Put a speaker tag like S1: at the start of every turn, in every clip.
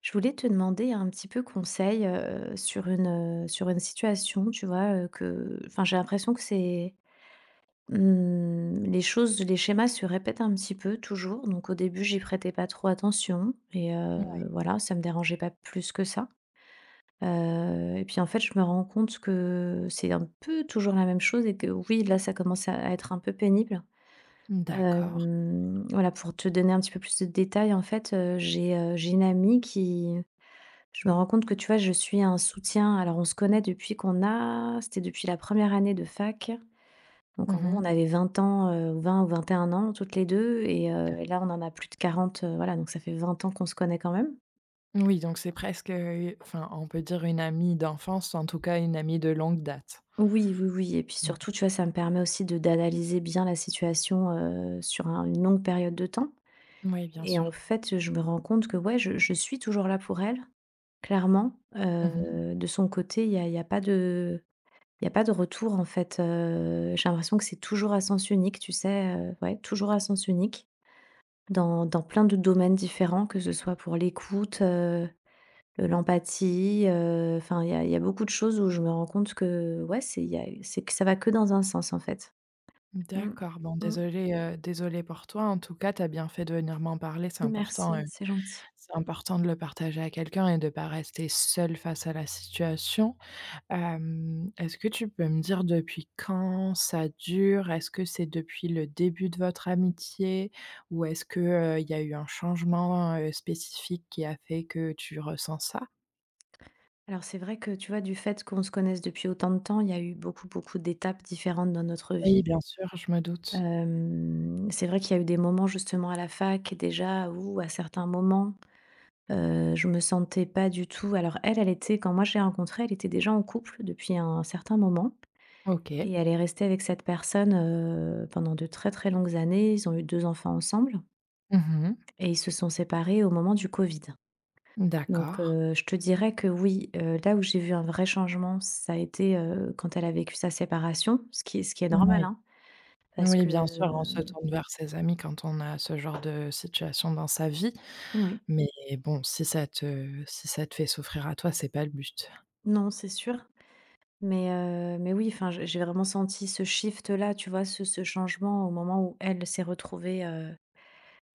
S1: Je voulais te demander un petit peu conseil, sur sur une situation, tu vois, que enfin, j'ai l'impression que les choses, les schémas se répètent un petit peu toujours. Donc au début, j'y prêtais pas trop attention et
S2: Ouais.
S1: voilà, ça me dérangeait pas plus que ça. Et puis en fait, je me rends compte que c'est un peu toujours la même chose et que oui, là, ça commence à être un peu pénible.
S2: D'accord.
S1: Voilà, pour te donner un petit peu plus de détails, en fait, j'ai une amie qui, je me rends compte que, tu vois, je suis un soutien. Alors, on se connaît depuis qu'on a c'était depuis la première année de fac. Donc, en gros, on
S2: Mmh.
S1: avait 20 ans, ou 20 ou 21 ans toutes les 2, et là, on en a plus de 40, voilà, donc ça fait 20 ans qu'on se connaît quand même.
S2: Oui, donc c'est presque, enfin, on peut dire une amie d'enfance, en tout cas une amie de longue date.
S1: Oui, oui, oui, et puis
S2: Mmh.
S1: surtout, tu vois, ça me permet aussi de d'analyser bien la situation, sur un une longue période de temps
S2: Oui, bien
S1: et en
S2: sûr.
S1: fait, je me rends compte que, ouais, je suis toujours là pour elle, clairement.
S2: Mmh.
S1: De son côté, il y a pas de Il y a pas de retour en fait. J'ai l'impression que c'est toujours à sens unique, tu sais, ouais, toujours à sens unique dans plein de domaines différents, que ce soit pour l'écoute, l'empathie, enfin il y a beaucoup de choses où je me rends compte que ouais, c'est il y a c'est que ça va que dans un sens en fait. Mmh,
S2: D'accord, bon
S1: mmh,
S2: désolée, désolée pour toi. En tout cas, tu as bien fait de venir m'en parler,
S1: merci, c'est gentil.
S2: c'est important de le partager à quelqu'un et de pas rester seul face à la situation. Hem, est-ce que tu peux me dire depuis quand ça dure? Est-ce que c'est depuis le début de votre amitié? Ou est-ce que, il y a eu un changement, spécifique qui a fait que tu ressens ça?
S1: Alors c'est vrai que, tu vois, du fait qu'on se connaisse depuis autant de temps, il y a eu beaucoup, beaucoup d'étapes différentes dans notre
S2: Oui,
S1: vie.
S2: bien sûr, je me doute.
S1: C'est vrai qu'il y a eu des moments justement à la fac déjà où, à certains moments, je me sentais pas du tout. Alors elle, elle était, quand moi je l'ai rencontrée, elle était déjà en couple depuis un certain moment,
S2: OK.
S1: et elle est restée avec cette personne, pendant de très, très longues années. Ils ont eu 2 enfants ensemble
S2: Mmh mh.
S1: et ils se sont séparés au moment du covid. Donc,
S2: D'accord.
S1: je te dirais que oui, là où j'ai vu un vrai changement, ça a été, quand elle a vécu sa séparation, ce qui est normal,
S2: Oui.
S1: hein, parce
S2: Oui,
S1: que,
S2: bien sûr, on se tourne vers ses amis quand on a ce genre de situation dans sa vie.
S1: oui.
S2: Mais bon, si ça te fait souffrir à toi, c'est pas le but.
S1: Non, c'est sûr. Mais oui, enfin, j'ai vraiment senti ce shift-là, tu vois? Ce changement au moment où elle s'est retrouvée, heu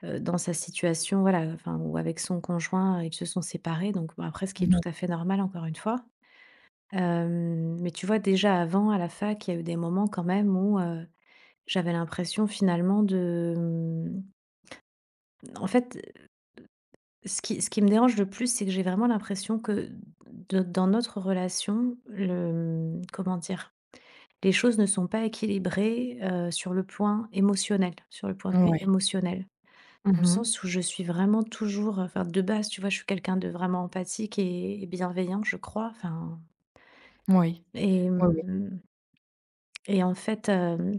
S1: heu, dans sa situation, voilà, enfin, ou avec son conjoint, ils se sont séparés, donc bon, après, ce qui est
S2: Mmh
S1: tout
S2: mh.
S1: à fait normal, encore une fois. Mais tu vois, déjà avant, à la fac, il y a eu des moments quand même où, j'avais l'impression finalement en fait, ce qui me dérange le plus, c'est que j'ai vraiment l'impression que d dans notre relation, comment dire? Les choses ne sont pas équilibrées, sur le point émotionnel, sur le point de vue
S2: Ouais.
S1: émotionnel. Dans
S2: Mmh
S1: le
S2: mh.
S1: sens où je suis vraiment toujours, enfin, de base, tu vois, je suis quelqu'un de vraiment empathique et bienveillant, je crois, enfin,
S2: Oui.
S1: et
S2: Oui, oui.
S1: hem et en fait,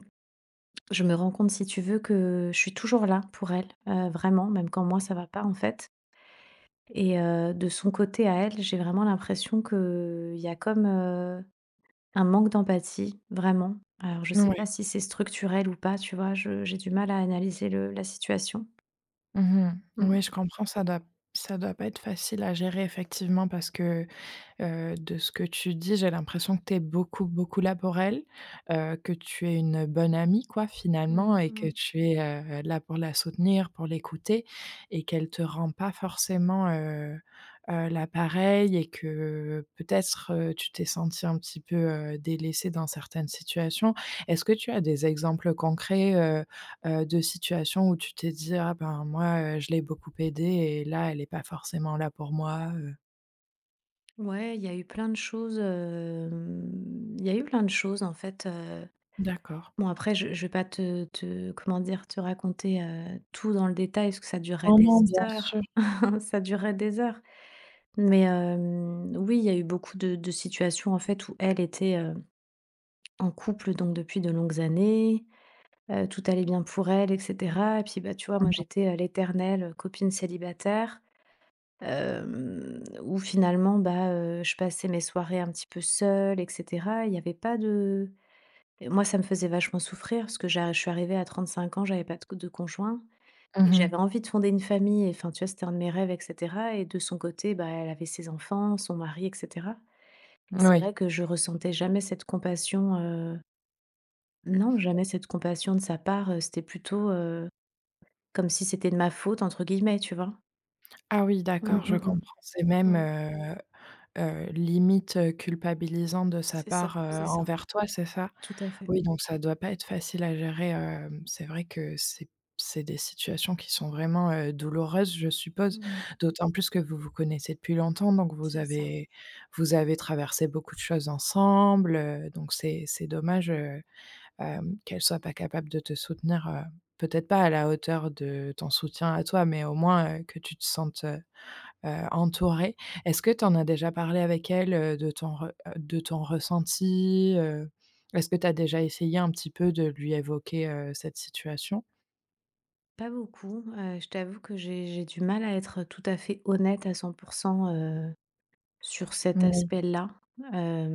S1: je me rends compte, si tu veux, que je suis toujours là pour elle, vraiment, même quand moi ça va pas, en fait, et de son côté à elle, j'ai vraiment l'impression qu'il y a comme, euh, un manque d'empathie, vraiment. Alors je sais
S2: Ouais.
S1: pas si c'est structurel ou pas, tu vois? Je j'ai du mal à analyser le la situation.
S2: Mmh mh. Oui, je
S1: Mmh.
S2: comprends, ça doit pas être facile à gérer effectivement parce que De ce que tu dis, j'ai l'impression que tu es beaucoup, beaucoup là pour elle, que tu es une bonne amie quoi
S1: Mmh
S2: finalement et que
S1: mh.
S2: tu es, là pour la soutenir, pour l'écouter et qu'elle te rend pas forcément, la pareille et que peut-être, tu t'es senti un petit peu, délaissée dans certaines situations. Est-ce que tu as des exemples concrets, de situations où tu t'es dit: «Ah ben moi, je l'ai beaucoup aidée et là elle est pas forcément là pour moi»,
S1: Ouais, il y a eu plein de choses, hem, il y a eu plein de choses en fait,
S2: D'accord.
S1: bon, après, je vais pas te comment dire, te raconter, tout dans le détail parce que ça durerait
S2: Non,
S1: des
S2: non, bien
S1: heures,
S2: sûr.
S1: ça durerait des heures. Mais, oui, il y a eu beaucoup de situations en fait où elle était, en couple donc depuis de longues années. Tout allait bien pour elle, et cetera. Et puis, bah, tu vois, moi,
S2: Mmh mh.
S1: j'étais, l'éternelle copine célibataire, où finalement, bah, je passais mes soirées un petit peu seule, et cetera. Il y avait pas de Et moi, ça me faisait vachement souffrir parce que j'arri je suis arrivée à 35 ans, j'avais pas de conjoint et
S2: Mmh.
S1: j'avais envie de fonder une famille et enfin, tu vois, c'était un de mes rêves, et cetera. Et de son côté, bah, elle avait ses enfants, son mari, et cetera. Et c'est
S2: Oui.
S1: vrai que je ressentais jamais cette compassion, non, jamais cette compassion de sa part. C'était plutôt, comme si c'était de ma faute entre guillemets, tu vois?
S2: Ah oui,
S1: Mmh
S2: d'accord,
S1: mh,
S2: je
S1: mmh.
S2: comprends. C'est même,
S1: Mmh.
S2: limite, culpabilisant de sa
S1: C'est
S2: part,
S1: ça, c'est ça.
S2: envers toi, c'est ça?
S1: Tout à fait.
S2: Oui, donc ça doit pas être facile à gérer, hem, c'est vrai que c'est des situations qui sont vraiment, douloureuses, je suppose.
S1: Mmh.
S2: D'autant plus que vous vous connaissez depuis longtemps, donc vous
S1: C'est ça.
S2: avez vous avez traversé beaucoup de choses ensemble, donc c'est dommage, qu'elle soit pas capable de te soutenir, peut-être pas à la hauteur de ton soutien à toi, mais au moins, que tu te sentes, entourée. Est-ce que tu en as déjà parlé avec elle, de ton re de ton ressenti, Est-ce que tu as déjà essayé un petit peu de lui évoquer, cette situation?
S1: Pas beaucoup, je t'avoue que j'ai du mal à être tout à fait honnête à 100, heu, sur cet
S2: Oui.
S1: aspect-là.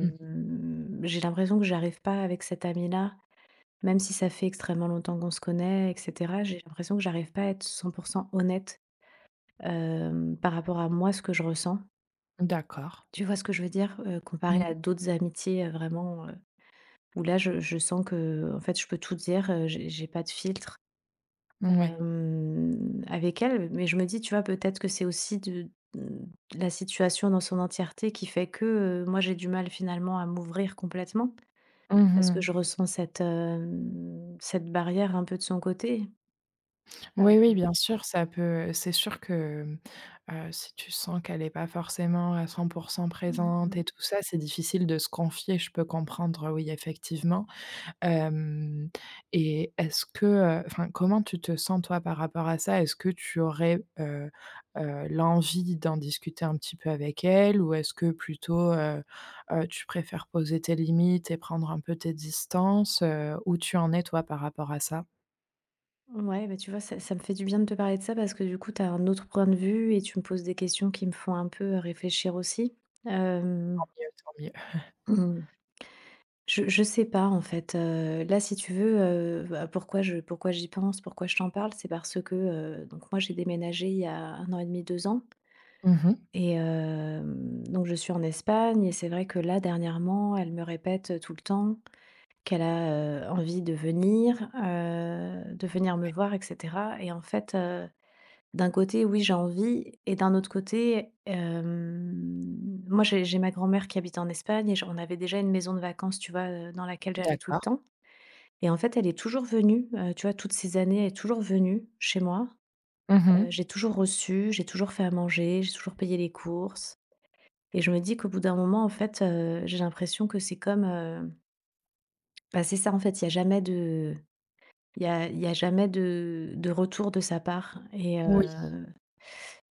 S2: Mmh.
S1: j'ai l'impression que j'arrive pas avec cette amie-là, même si ça fait extrêmement longtemps qu'on se connaît et cetera, j'ai l'impression que j'arrive pas à être 100% honnête, par rapport à moi, ce que je ressens.
S2: D'accord.
S1: Tu vois ce que je veux dire? Comparé à
S2: Mmh.
S1: d'autres amitiés, vraiment, où là, je sens que, en fait, je peux tout dire, j'ai pas de filtre,
S2: Ouais.
S1: avec elle. Mais je me dis, tu vois, peut-être que c'est aussi de mmh, la situation dans son entièreté qui fait que, moi, j'ai du mal finalement à m'ouvrir complètement parce que
S2: Mmh.
S1: je ressens cette barrière un peu de son côté.
S2: Oui, oui,
S1: Hem,
S2: bien sûr, ça peut c'est sûr que, mmh, si tu sens qu'elle est pas forcément à 100 pour cent
S1: mmh
S2: présente
S1: mh.
S2: et tout ça, c'est difficile de se confier, je peux comprendre, oui, effectivement. Hem, et est-ce que, enfin, comment tu te sens, toi, par rapport à ça? Est-ce que tu aurais, l'envie d'en discuter un petit peu avec elle? Ou est-ce que plutôt, tu préfères poser tes limites et prendre un peu tes distances? Où tu en es, toi, par rapport à ça?
S1: Ouais, bah, tu vois, ça me fait du bien de te parler de ça parce que du coup, tu as un autre point de vue et tu me poses des questions qui me font un peu réfléchir aussi. Hem
S2: Tant mieux, tant mieux.
S1: Je sais pas en fait, là si tu veux, bah, pourquoi j'y pense, pourquoi je t'en parle, c'est parce que, donc moi j'ai déménagé il y a un an et demi, 2 ans,
S2: Mmh,
S1: et donc je suis en Espagne et c'est vrai que là dernièrement, elle me répète tout le temps qu'elle a, envie de venir me voir et cetera, et en fait, d'un côté oui j'ai envie et d'un autre côté, moi j'ai ma grand-mère qui habite en Espagne, et j on avait déjà une maison de vacances, tu vois, dans laquelle j'allais tout le
S2: d'accord.
S1: temps, et en fait, elle est toujours venue, tu vois, toutes ces années, elle est toujours venue chez moi.
S2: Mmh mh.
S1: J'ai toujours reçu, j'ai toujours fait à manger, j'ai toujours payé les courses, et je me dis qu'au bout d'un moment, en fait, j'ai l'impression que c'est comme, bah, c'est ça, en fait, il y a jamais de il y a jamais de de retour de sa part, et
S2: Oui.
S1: heu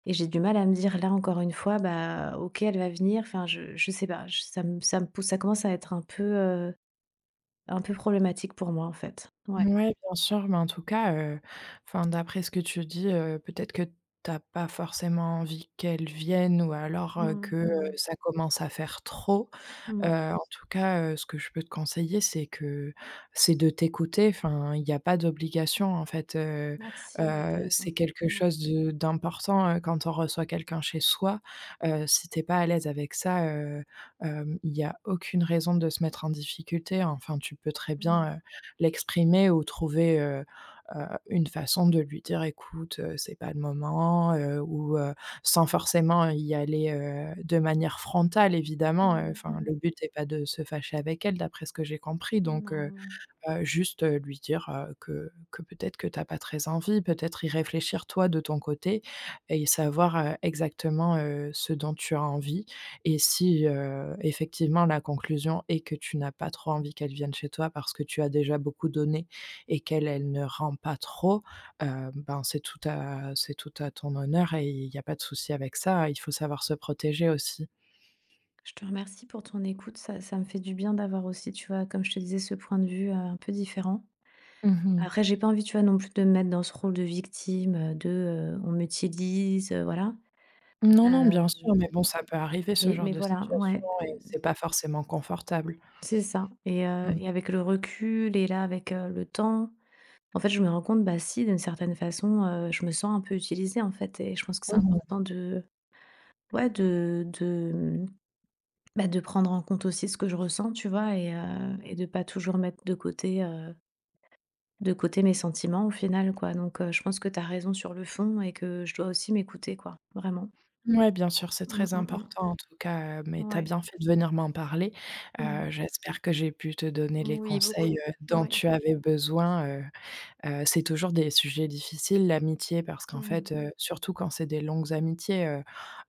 S1: et j'ai du mal à me dire, là, encore une fois, bah, OK, elle va venir, enfin, je sais pas, je ça me pousse, ça commence à être un peu problématique pour moi, en fait. Ouais.
S2: Ouais, bien sûr, mais en tout cas, enfin, d'après ce que tu dis, peut-être que tu as pas forcément envie qu'elles viennent ou alors,
S1: Mmh
S2: que,
S1: mh.
S2: ça commence à faire trop.
S1: Mmh.
S2: En tout cas, ce que je peux te conseiller, c'est de t'écouter. Enfin, il n'y a pas d'obligation, en fait,
S1: Merci, ouais, t'as
S2: c'est
S1: raison.
S2: quelque
S1: Mmh.
S2: chose de d'important, quand on reçoit quelqu'un chez soi. Si t'es pas à l'aise avec ça, hem, il n'y a aucune raison de se mettre en difficulté. Enfin, tu peux très
S1: Mmh.
S2: bien, l'exprimer ou trouver, une façon de lui dire: «Écoute, c'est pas le moment», ou sans forcément y aller, de manière frontale évidemment,
S1: Mmh mh,
S2: enfin
S1: mmh.
S2: le but n'est pas de se fâcher avec elle d'après ce que j'ai compris donc
S1: Non,
S2: heu.
S1: non.
S2: Juste, lui dire, que peut-être que t'as pas très envie, peut-être y réfléchir toi de ton côté et savoir, exactement, ce dont tu as envie et si, effectivement la conclusion est que tu n'as pas trop envie qu'elle vienne chez toi parce que tu as déjà beaucoup donné et qu'elle, elle ne rend pas trop, ben, c'est tout à ton honneur et il y a pas de souci avec ça, il faut savoir se protéger aussi.
S1: Je te remercie pour ton écoute, ça me fait du bien d'avoir aussi, tu vois, comme je te disais, ce point de vue, un peu différent.
S2: Mmh.
S1: Après j'ai pas envie, tu vois, non plus de me mettre dans ce rôle de victime, de, on m'utilise, voilà.
S2: Non, non,
S1: Heu,
S2: bien sûr, mais bon, ça peut arriver ce
S1: mais
S2: genre
S1: mais
S2: de
S1: voilà, ouais,
S2: situation et c'est pas forcément confortable.
S1: c'est ça, et heu
S2: Mmh.
S1: et avec le recul et là, avec, le temps, en fait, je me rends compte, bah, si, d'une certaine façon, je me sens un peu utilisée, en fait, et je pense que c'est
S2: Mmh mh.
S1: important de ouais, de, mmh bah, de prendre en compte aussi ce que je ressens, tu vois? Et de pas toujours mettre de côté mes sentiments au final, quoi. Donc je pense que tu as raison sur le fond et que je dois aussi m'écouter, quoi, vraiment.
S2: Ouais, bien sûr, c'est
S1: Mmh
S2: très
S1: mh, mmh.
S2: important en tout cas, mais tu as
S1: Ouais.
S2: bien fait de venir m'en parler.
S1: Mmh.
S2: J'espère que j'ai pu te donner les
S1: Oui,
S2: conseils,
S1: beaucoup.
S2: dont
S1: Ouais.
S2: tu avais besoin, heu. C'est toujours des sujets difficiles, l'amitié, parce
S1: Mmh
S2: qu'en
S1: mh.
S2: fait, mmh, surtout quand c'est des longues amitiés, heu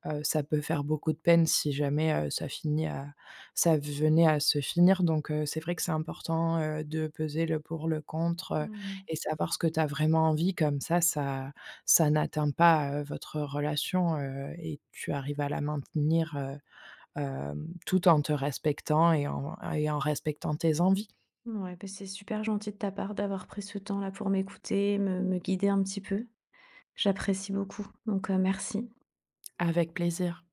S2: heu, ça peut faire beaucoup de peine si jamais, ça venait à se finir. Donc c'est vrai que c'est important, de peser le pour, le contre,
S1: Mmh.
S2: et savoir ce que tu as vraiment envie. Comme ça, ça n'atteint pas, votre relation, et tu arrives à la maintenir, hem, tout en te respectant et en respectant tes envies.
S1: Ouais, beh, c'est super gentil de ta part d'avoir pris ce temps-là pour m'écouter, me guider un petit peu. J'apprécie beaucoup, donc merci.
S2: Avec plaisir.